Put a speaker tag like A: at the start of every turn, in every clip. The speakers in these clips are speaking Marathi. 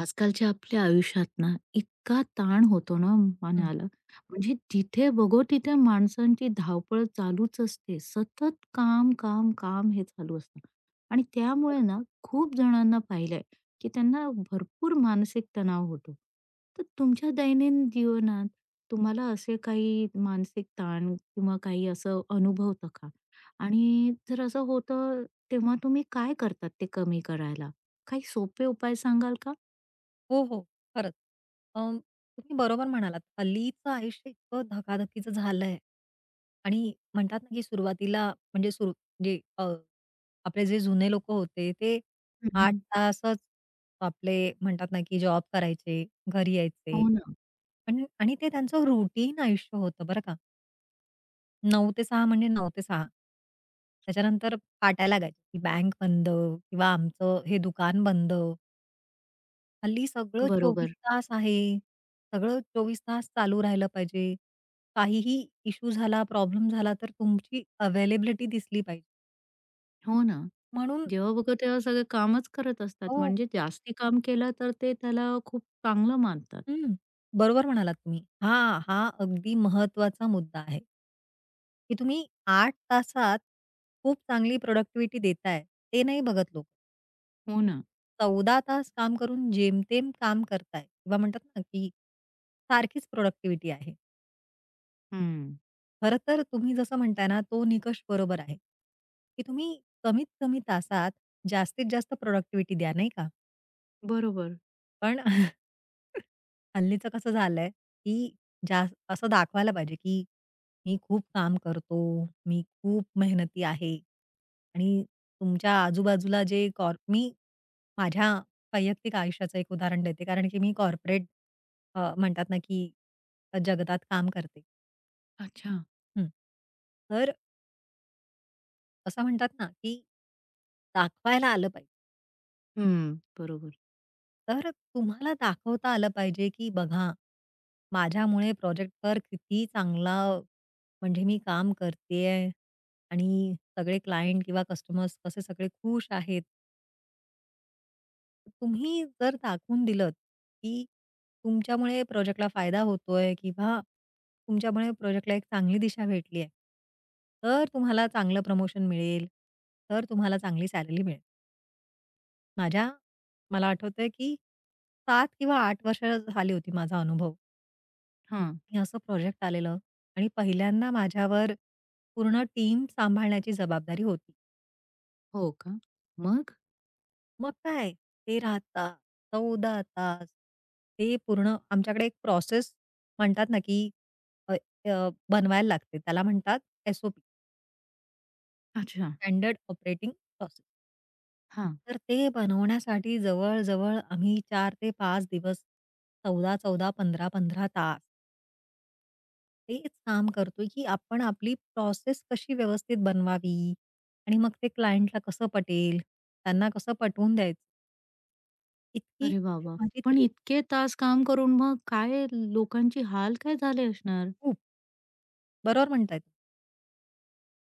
A: आजकालच्या आपल्या आयुष्यात ना, इतका ताण होतो ना
B: हं.
A: मनाला. म्हणजे जिथे बघो तिथे माणसांची धावपळ चालूच असते, सतत काम काम काम हे चालू असतं. आणि त्यामुळे ना, खूप जणांना पाहिलंय की त्यांना भरपूर मानसिक तणाव होतो. तर तुमच्या दैनंदिन जीवनात तुम्हाला असे काही मानसिक ताण किंवा काही असं अनुभवतं का? आणि जर असं होतं तेव्हा तुम्ही काय करतात ते कमी करायला काही सोपे उपाय सांगाल का?
B: हो, हो. खरंच. अं, तुम्ही बरोबर म्हणालात. हल्लीचं आयुष्य इतकं धकाधकीचं झालंय आणि म्हणतात ना, की सुरुवातीला म्हणजे सुरू जे अ, आपले जे जुने लोकं होते ते
A: हं,
B: 8
A: हं.
B: तासच आपले म्हणतात ना, की जॉब करायचे, घरी यायचे.
A: हो ना.
B: पण आणि ते त्यांचं रुटीन आयुष्य होतं बरं का. 9 ते 6 म्हणजे 9 ते 6. त्याच्यानंतर पाट्या लागायच्या, की बँक बंद किंवा आमचं हे दुकान बंद. हल्ली सगळं 24
A: बरोबर.
B: तास आहे. सगळं 24 तास चालू राहिलं पाहिजे. काहीही इश्यू झाला, प्रॉब्लेम झाला तर तुमची अवेलेबिलिटी दिसली पाहिजे.
A: हो ना.
B: म्हणून
A: जेव्हा बघा तेव्हा सगळे कामच करत असतात.
B: हो.
A: म्हणजे जास्ती काम केलं तर ते त्याला खूप चांगलं मानतात.
B: हं. बरोबर म्हणालात तुम्ही. हां, हा अगदी महत्वाचा मुद्दा आहे, की तुम्ही 8 तासात खूप चांगली प्रॉडक्टिव्हिटी देताय, ते नाही बघत लोकं.
A: हो ना.
B: 14 तास काम करून जेमतेम काम करताय किंवा म्हणतात ना, की सारखीच प्रॉडक्टिव्हिटी आहे.
A: हं.
B: खरं तर तुम्ही जसं म्हणताय ना, तो निकष बरोबर आहे, की तुम्ही कमीत कमी तासात जास्तीत जास्त प्रॉडक्टिव्हिटी द्या, नाही का?
A: बरोबर.
B: पण हल्लीचं कसं झालंय, की असं दाखवायला पाहिजे, की मी खूप काम करतो, मी खूप मेहनती आहे आणि तुमच्या आजूबाजूला जे कॉर मी माझ्या वैयक्तिक आयुष्याचं एक उदाहरण देते, कारण की मी कॉर्पोरेट म्हणतात ना, की जगतात काम करते.
A: अच्छा.
B: हं. तर असं म्हणतात ना, की दाखवायला आलं पाहिजे.
A: हं. बरोबर.
B: तर तुम्हाला दाखवता आलं पाहिजे, की बघा, माझ्यामुळे प्रोजेक्टवर किती चांगला म्हणजे मी काम करते आणि सगळे क्लायंट किंवा कस्टमर्स कसे सगळे खुश आहेत. तुम्ही जर दाखवून दिलत, की तुमच्यामुळे प्रोजेक्टला फायदा होतोय किंवा तुमच्यामुळे प्रोजेक्टला एक चांगली दिशा भेटली आहे, तर तुम्हाला चांगलं प्रमोशन मिळेल, तर तुम्हाला चांगली सॅलरी मिळेल. माझ्या मला आठवतंय की 7 किंवा 8 वर्ष झाली होती माझा अनुभव
A: हां.
B: की असं प्रोजेक्ट आलेलं आणि पहिल्यांदा माझ्यावर पूर्ण टीम सांभाळण्याची जबाबदारी होती.
A: हो का? मग?
B: मग काय, ते तास, 14 तास ते पूर्ण आमच्याकडे एक प्रोसेस म्हणतात ना की अ, अ, बनवायला लागते. त्याला म्हणतात एस
A: अच्छा.
B: Standard operating process.
A: हां.
B: तर ते बनवण्यासाठी जवळ आम्ही 4 ते 5 दिवस 14-14, 15-15 तास तेच काम करतोय, की आपण आपली प्रोसेस कशी व्यवस्थित बनवावी आणि मग ते क्लायंटला कसं पटेल, त्यांना कसं पटवून द्यायचं. इतकी
A: अरे
B: म्हणजे
A: बाबा, वाह!
B: माझी
A: पण
B: त्रे
A: इतके तास काम करून मग काय लोकांचे हाल काय झाले असणार?
B: खूप बरोबर म्हणताय.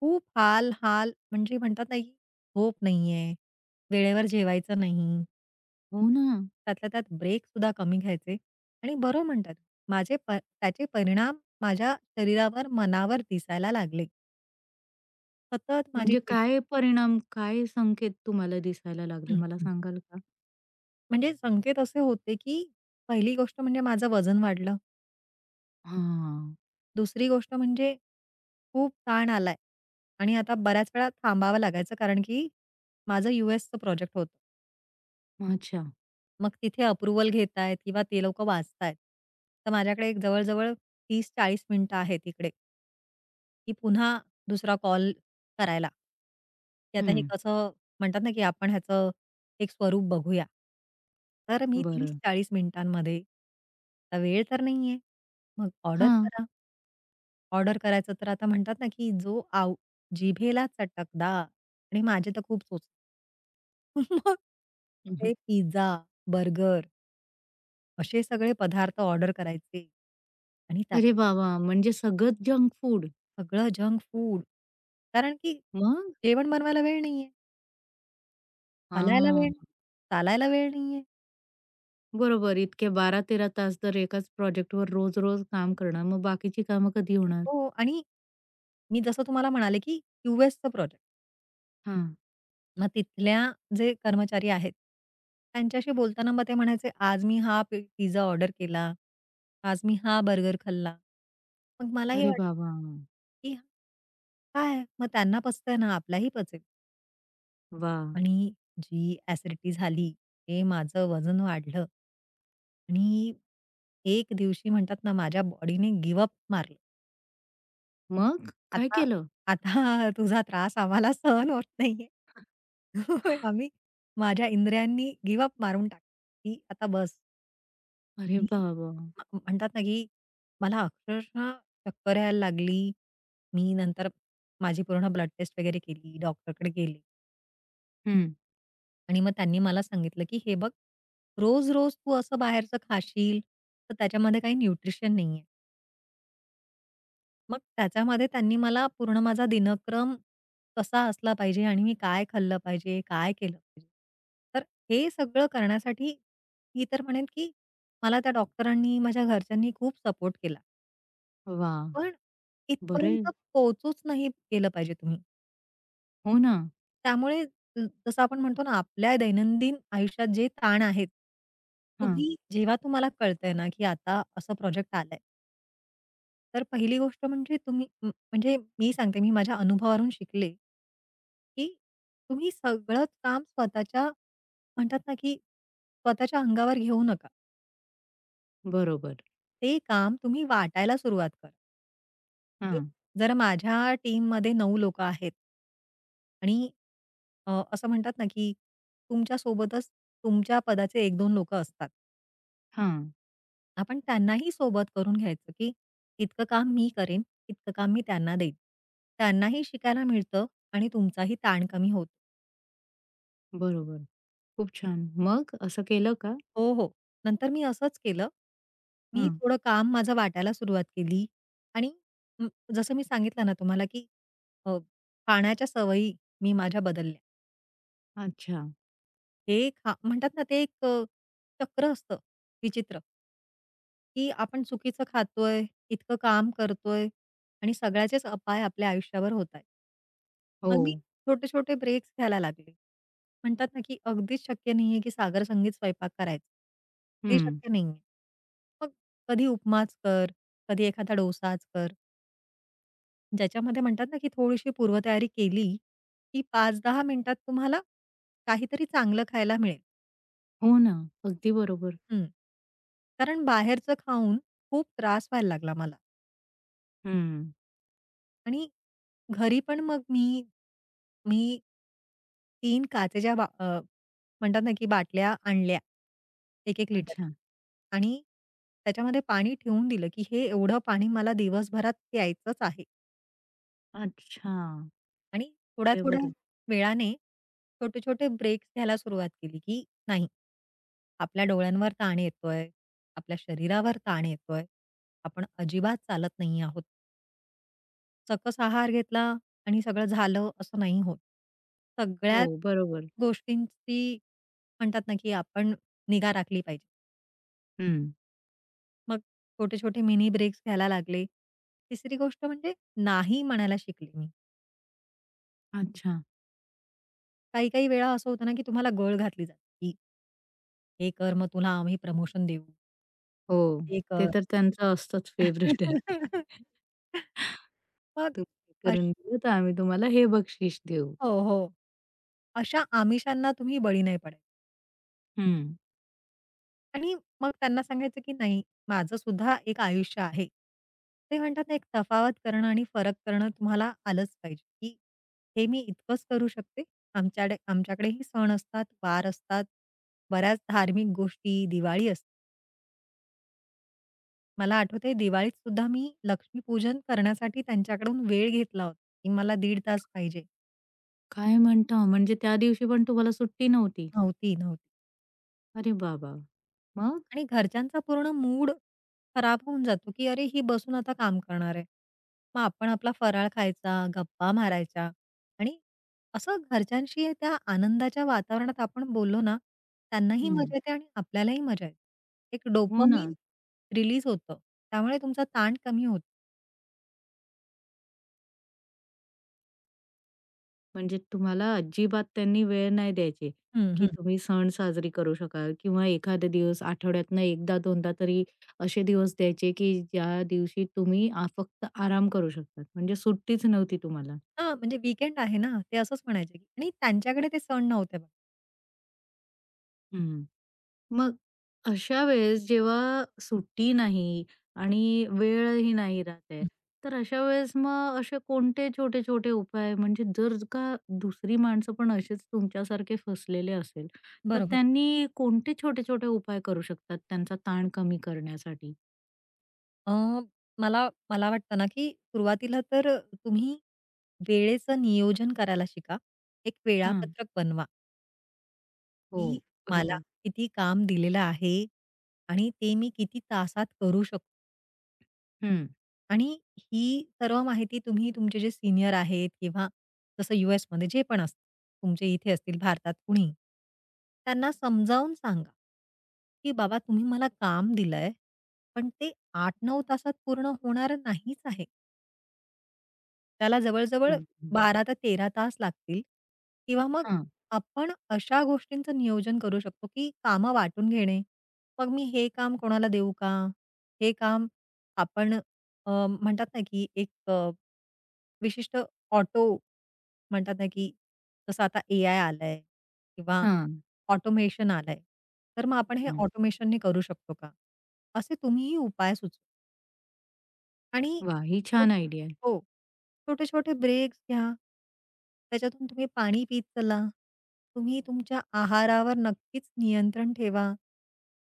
B: खूप हाल-हाल म्हणजे म्हणतात ना, की झोप नाहीये, वेळेवर जेवायचं नाही,
A: हो ना.
B: त्यातल्या त्यात ब्रेकसुद्धा कमी घ्यायचे आणि बरोबर म्हणतात. माझे प त्याचे परिणाम माझ्या शरीरावर, मनावर दिसायला लागले. सतत माझी
A: म्हणजे
B: चिड
A: काय परिणाम, काय संकेत तुम्हाला दिसायला लागले,
B: हं,
A: मला
B: हं.
A: सांगाल का?
B: म्हणजे संकेत असे होते, की पहिली गोष्ट म्हणजे माझं वजन वाढलं.
A: हां.
B: दुसरी गोष्ट म्हणजे खूप ताण आलाय आणि आता बऱ्याच वेळा थांबावं लागायचं कारण की माझं यू.एसचं प्रोजेक्ट होतं.
A: अच्छा.
B: मग तिथे अप्रूव्हल घेतायत किंवा ते लोकं वाचतायत. तर माझ्याकडे एक जवळ-जवळ 30 मिनिटं आहेत इकडे, की पुन्हा दुसरा कॉल करायला. की आता हे
A: हं.
B: कसं म्हणतात ना, की आपण ह्याचं एक स्वरूप बघूया. तर मी
A: बरं.
B: 30-40 मिनिटांमध्ये आता वेळ तर नाहीये. मग ऑर्डर
A: हां.
B: करा. ऑर्डर करायचं तर आता म्हणतात ना, की जो आव जिभेला चटकदार आणि माझे तर खूप सोच मग
A: हं, हं.
B: ते पिझ्झा, बर्गर असे सगळे पदार्थ ऑर्डर करायचे आणि त्यात
A: अरे वाह, वाह! म्हणजे सगळंच जंक फूड.
B: सगळं जंक फूड. कारण की
A: मग?
B: जेवण बनवायला वेळ नाहीये, हलायला वेळ,
A: हां.
B: चालायला वेळ नाहीये.
A: बरोबर. इतके 12-13 तास तर एकाच प्रोजेक्टवर रोज-रोज काम करणार. मग बाकीची कामं कधी होणार?
B: हो आणि मी जसं तुम्हाला म्हणाले, की क्यूएसचं प्रोजेक्ट.
A: हां.
B: मग तिथल्या जे कर्मचारी आहेत, त्यांच्याशी बोलताना मग ते म्हणायचे, "आज मी हा पिझ्झा ऑर्डर केला. आज मी हा बर्गर खाल्ला." मग मला हे
A: अरे
B: वाटलं,
A: बाबा!
B: की काय? मग त्यांना पचतंय ना, आपलाही पचेल.
A: वाह!
B: आणि जी ॲसिडिटी झाली, ते माझं वजन वाढलं. आणि एक दिवशी म्हणतात ना, माझ्या बॉडीने गिव्ह मारलं.
A: मग काय
B: आता
A: केलं?
B: आता तुझा त्रास आम्हाला सहन होत नाहीये. होय, आम्ही माझ्या इंद्रियांनी गिव्ह अप मारून टाकलं, की आता बस
A: अरे
B: आणि
A: बाबा!
B: म्हणतात ना, की मला अक्षरशः चक्कर यायला लागली. मी नंतर माझी पूर्ण ब्लड टेस्ट वगैरे केली, डॉक्टरकडे गेले
A: हं.
B: आणि मग त्यांनी मला सांगितलं, की "हे बघ, रोज-रोज तू असं बाहेरचं खाशील, तर त्याच्यामध्ये काही न्यूट्रिशन नाहीये." मग त्याच्यामध्ये त्यांनी मला पूर्ण माझा दिनक्रम कसा असला पाहिजे आणि मी काय खाल्लं पाहिजे, काय केलं पाहिजे. तर हे सगळं करण्यासाठी मी तर म्हणेन, की मला त्या डॉक्टरांनी, माझ्या घरच्यांनी खूप सपोर्ट केला.
A: वाह!
B: पण
A: बरं आहे.
B: इथपर्यंत पोहोचूच नाही केलं पाहिजे तुम्ही.
A: हो ना.
B: त्यामुळे अ, जसं आपण म्हणतो ना, आपल्या दैनंदिन आयुष्यात जे ताण आहेत,
A: हां.
B: तुम्ही जेव्हा तुम्हाला कळतंय ना, की आता असं प्रोजेक्ट आलंय. तर पहिली गोष्ट म्हणजे तुम्ही म म्हणजे मी सांगते मी माझ्या अनुभवावरून शिकले, की तुम्ही सगळंच काम स्वतःच्या म्हणतात ना, की स्वतःच्या अंगावर घेऊ नका.
A: बरोबर.
B: ते काम तुम्ही वाटायला सुरुवात करा. हे-
A: हां,
B: जर माझ्या टीममध्ये 9 लोकं आहेत आणि असं म्हणतात ना, की तुमच्यासोबतच तुमच्या पदाचे एक दोन लोकं असतात.
A: हां.
B: आपण त्यांनाही सोबत करून घ्यायचं, की इतकं काम मी करेन, इतकं काम मी त्यांना देईन. त्यांनाही शिकायला मिळतं आणि तुमचाही ताण कमी होतो.
A: बरोबर. खूप छान. मग असं केलं का?
B: हो, हो. नंतर मी असंच केलं. मी
A: हां.
B: थोडं काम माझं वाटायला सुरुवात केली आणि अं, जसं मी सांगितलं ना तुम्हाला, की अ, खाण्याच्या सवयी मी माझ्या बदलल्या.
A: अच्छा.
B: हे खा म्हणतात ना, ते एक चक्र असतं विचित्र. की आपण चुकीचं खातोय, इतकं काम करतोय आणि सगळ्याचेच अपाय आपल्या आयुष्यावर होत आहेत.
A: हो.
B: मग मी छोटे-छोटे ब्रेक्स घ्यायला लागले. म्हणतात ना, की अगदीच शक्य नाहीये, की सागर संगीत स्वयंपाक करायचा. ते
A: हं.
B: शक्य नाहीये. मग कधी उपमाच कर, कधी एखादा डोसाच कर. ज्याच्यामध्ये म्हणतात ना, की थोडीशी पूर्वतयारी केली, की 5-10 मिनिटात तुम्हाला काहीतरी चांगलं खायला मिळेल.
A: हो ना. अगदी बरोबर.
B: हं. कारण बाहेरचं खाऊन खूप त्रास व्हायला लागला मला
A: हं.
B: आणि घरी पण मग मी मी 3 काचेच्या म्हणतात ना, की बाटल्या आणल्या. 1-1 लिटर
A: अच्छा.
B: आणि त्याच्यामध्ये पाणी ठेवून दिलं, की हे एवढं पाणी मला दिवसभरात प्यायचंच आहे
A: अच्छा.
B: आणि थोड्या-थोड्या
A: फेव्हर आहे.
B: वेळाने छोटे-छोटे ब्रेक्स घ्यायला सुरुवात केली, की नाही, आपल्या डोळ्यांवर ताण येतोय, आपल्या शरीरावर ताण येतोय, आपण अजिबात चालत नाही आहोत. सकस आहार घेतला आणि सगळं झालं असं नाही होत.
A: हो,
B: सगळ्याच
A: बरोबर.
B: गोष्टींची म्हणतात ना, की आपण निगा राखली पाहिजे.
A: हं.
B: मग छोटे-छोटे मिनी ब्रेक्स घ्यायला लागले. तिसरी गोष्ट म्हणजे नाही म्हणायला शिकले मी.
A: अच्छा.
B: काही-काही वेळा असं होतं ना, की तुम्हाला गळ घातली जाते, की "हे कर मग तुला आम्ही प्रमोशन देऊ.
A: हो,
B: हे
A: ते
B: कर."
A: तर त्यांचं असतंच फेव्हरेट आहे ते.
B: मग
A: तुम्ही हे
B: अश
A: करून दिलं, तर आम्ही तुम्हाला हे बक्षीस देऊ.
B: हो, हो. अशा आमिषांना तुम्ही बळी नाही पडायचं.
A: हं.
B: आणि मग त्यांना सांगायचं की नाही, माझं सुद्धा एक आयुष्य आहे. ते म्हणतात ना, एक तफावत करणं आणि फरक करणं तुम्हाला आलंच पाहिजे, की हे मी इतकंच करू शकते. आमच्याकडेही सण असतात, वार असतात, बऱ्याच धार्मिक गोष्टी, दिवाळी असते. मला आठवतंय दिवाळीत सुद्धा मी लक्ष्मीपूजन करण्यासाठी त्यांच्याकडून वेळ घेतला होता, की मला 1:30 तास पाहिजे.
A: काय म्हणता? म्हणजे त्या दिवशी पण तुम्हाला सुट्टी नव्हती?
B: नव्हती, नव्हती.
A: अरे बाबा! मग?
B: आणि घरच्यांचा पूर्ण मूड खराब होऊन जातो, की "अरे, ही बसून आता काम करणार आहे." मग आपण आपला फराळ खायचा, गप्पा मारायच्या आणि असं घरच्यांशी त्या आनंदाच्या वातावरणात आपण बोललो ना, त्यांनाही
A: हं.
B: मजा येते आणि आपल्यालाही मजा येते. एक
A: हो ना.
B: डोपामाइन रिलीज होतं. त्यामुळे तुमचा ताण कमी होतो.
A: म्हणजे तुम्हाला अजिबात त्यांनी वेळ नाही द्यायची,
B: हं,
A: की
B: हं.
A: तुम्ही सण साजरी करू शकाल किंवा एखादे दिवस आठवड्यातनं 1दा-2दा तरी असे दिवस द्यायचे, की ज्या दिवशी तुम्ही फक्त आराम करू शकतात. म्हणजे सुट्टीच नव्हती तुम्हाला.
B: हां, म्हणजे वीकेंड आहे ना, ते असंच म्हणायचे की आणि त्यांच्याकडे ते सण नव्हते बघा.
A: मग अशा वेळेस जेव्हा सुट्टी नाही आणि वेळही नाही राहत, तर अशा वेळेस मग असे कोणते छोटे-छोटे उपाय, म्हणजे जर का दुसरी माणसं पण असेच तुमच्यासारखे फसलेले असेल, तर
B: बरोबर.
A: त्यांनी कोणते छोटे-छोटे उपाय करू शकतात त्यांचा ताण कमी करण्यासाठी?
B: अ, मला मला वाटतं ना, की सुरुवातीला तर तुम्ही वेळेचं नियोजन करायला शिका. एक
A: हां.
B: वेळापत्रक बनवा,
A: हो.
B: की मला
A: बरोबर.
B: किती काम दिलेलं आहे आणि ते मी किती तासात करू शकतो.
A: हं.
B: आणि ही सर्व माहिती तुम्ही तुमचे जे सीनियर आहेत किंवा जसं यूएसमध्ये जे पण असतील, तुमचे इथे असतील भारतात कुणीही, त्यांना समजावून सांगा, की "बाबा तुम्ही मला काम दिलंय, पण ते 8-9 तासात पूर्ण होणारं नाहीच आहे." त्याला जवळ-जवळ
A: हं, हं.
B: 12 ते 13 तास लागतील किंवा मग
A: हां,
B: आपण अशा गोष्टींचं नियोजन करू शकतो, की कामं वाटून घेणे. मग मी हे काम कोणाला देऊ का? हे काम आपण अ, म्हणतात ना, की एक विशिष्ट ऑटो म्हणतात ना, की जसं आता एआय आलंय किंवा
A: हां.
B: ऑटोमेशन आलंय. तर मग आपण हे
A: हं.
B: ऑटोमेशनने करू शकतो का? असे तुम्हीही उपाय सुचवा. आणि
A: वाह! ही
B: हो,
A: छान आयडिया आहे.
B: हो. छोटे-छोटे ब्रेक्स घ्या. त्याच्यातून तुम्ही पाणी पीत चला. तुम्ही तुमच्या आहारावर नक्कीच नियंत्रण ठेवा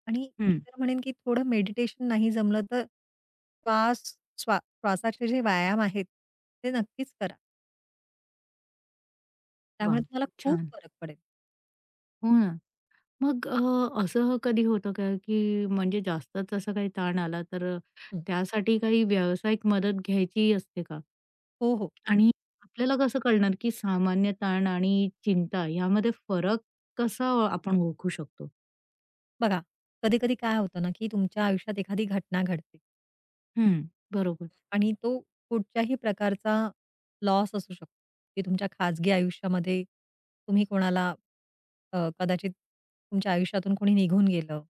B: आणि मी
A: हं.
B: तर म्हणेन, की थोडं मेडिटेशन नाही जमलं तर श्वास श्वासाचे जे व्यायाम आहेत, ते नक्कीच करा. त्यामुळे
A: वाह!
B: तुम्हाला
A: खूप
B: खूप
A: छान.
B: फरक पडेल.
A: हो ना. मग असं कधी होतं का, की म्हणजे जास्तच असा काही ताण आला तर
B: हं.
A: त्यासाठी काही व्यावसायिक मदत घ्यायची असते का?
B: हो, हो.
A: आणि आपल्याला कसं कळणार, की सामान्य ताण आणि चिंता यामध्ये फरक कसा आपण ओळखू शकतो?
B: बघा, कधी-कधी काय होतं ना, की तुमच्या आयुष्यात एखादी घटना घडते.
A: हं. बरोबर.
B: आणि तो कुठच्याही प्रकारचा लॉस असू शकतो, की तुमच्या खाजगी आयुष्यामध्ये तुम्ही कोणाला कदाचित तुमच्या आयुष्यातून कोणी निघून गेलं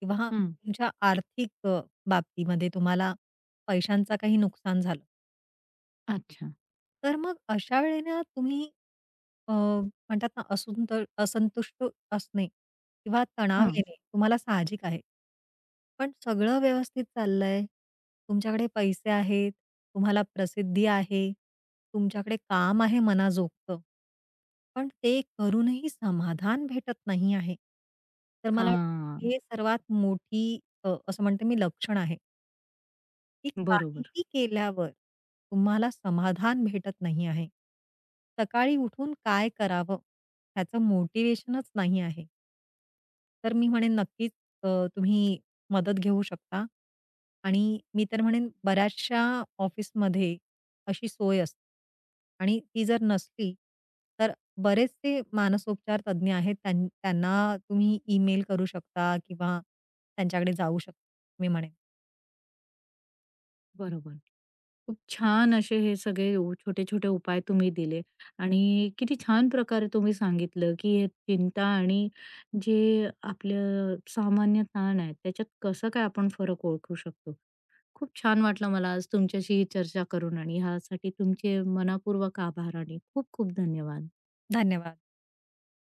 B: किंवा
A: हं.
B: तुमच्या आर्थिक बाबतीमध्ये तुम्हाला पैशांचा काही नुकसान झालं.
A: अच्छा.
B: तर मग अशा वेळेला तुम्ही म्हणतात ना असंतुष्ट असणे किंवा तणाव
A: हां.
B: येणे तुम्हाला साहजिक आहे. पण सगळं व्यवस्थित चाललंय, तुमच्याकडे पैसे आहेत, तुम्हाला प्रसिद्धी आहे, तुमच्याकडे काम आहे मनाजोगतं. पण ते करूनही समाधान भेटत नाही आहे. तर मला वाटतं
A: हां.
B: हे सर्वात मोठी असं म्हणते मी लक्षण आहे. की
A: बरोबर,
B: काहीही केल्यावर तुम्हाला समाधान भेटत नाही आहे. सकाळी उठून काय करावं ह्याचं मोटिव्हेशनच नाही आहे. तर मी म्हणेन नक्कीच अ, तुम्ही मदत घेऊ शकता आणि मी तर म्हणेन बऱ्याचशा ऑफिसमध्ये अशी सोय असते आणि ती जर नसली तर बरेचसे मानसोपचार तज्ञ आहेत त्यांना तुम्ही ईमेल करू शकता किंवा त्यांच्याकडे जाऊ शकता मी म्हणेन.
A: बरोबर. खूप छान असे हे सगळे छोटे-छोटे उपाय तुम्ही दिले आणि किती छान प्रकारे तुम्ही सांगितलं, की हे चिंता आणि जे आपलं सामान्य ताण आहे, त्याच्यात कसं काय आपण फरक ओळखू शकतो. खूप छान वाटलं मला आज तुमच्याशी ही चर्चा करून आणि ह्यासाठी तुमचे मनःपूर्वक आभार आणि खूप खूप धन्यवाद.
B: धन्यवाद.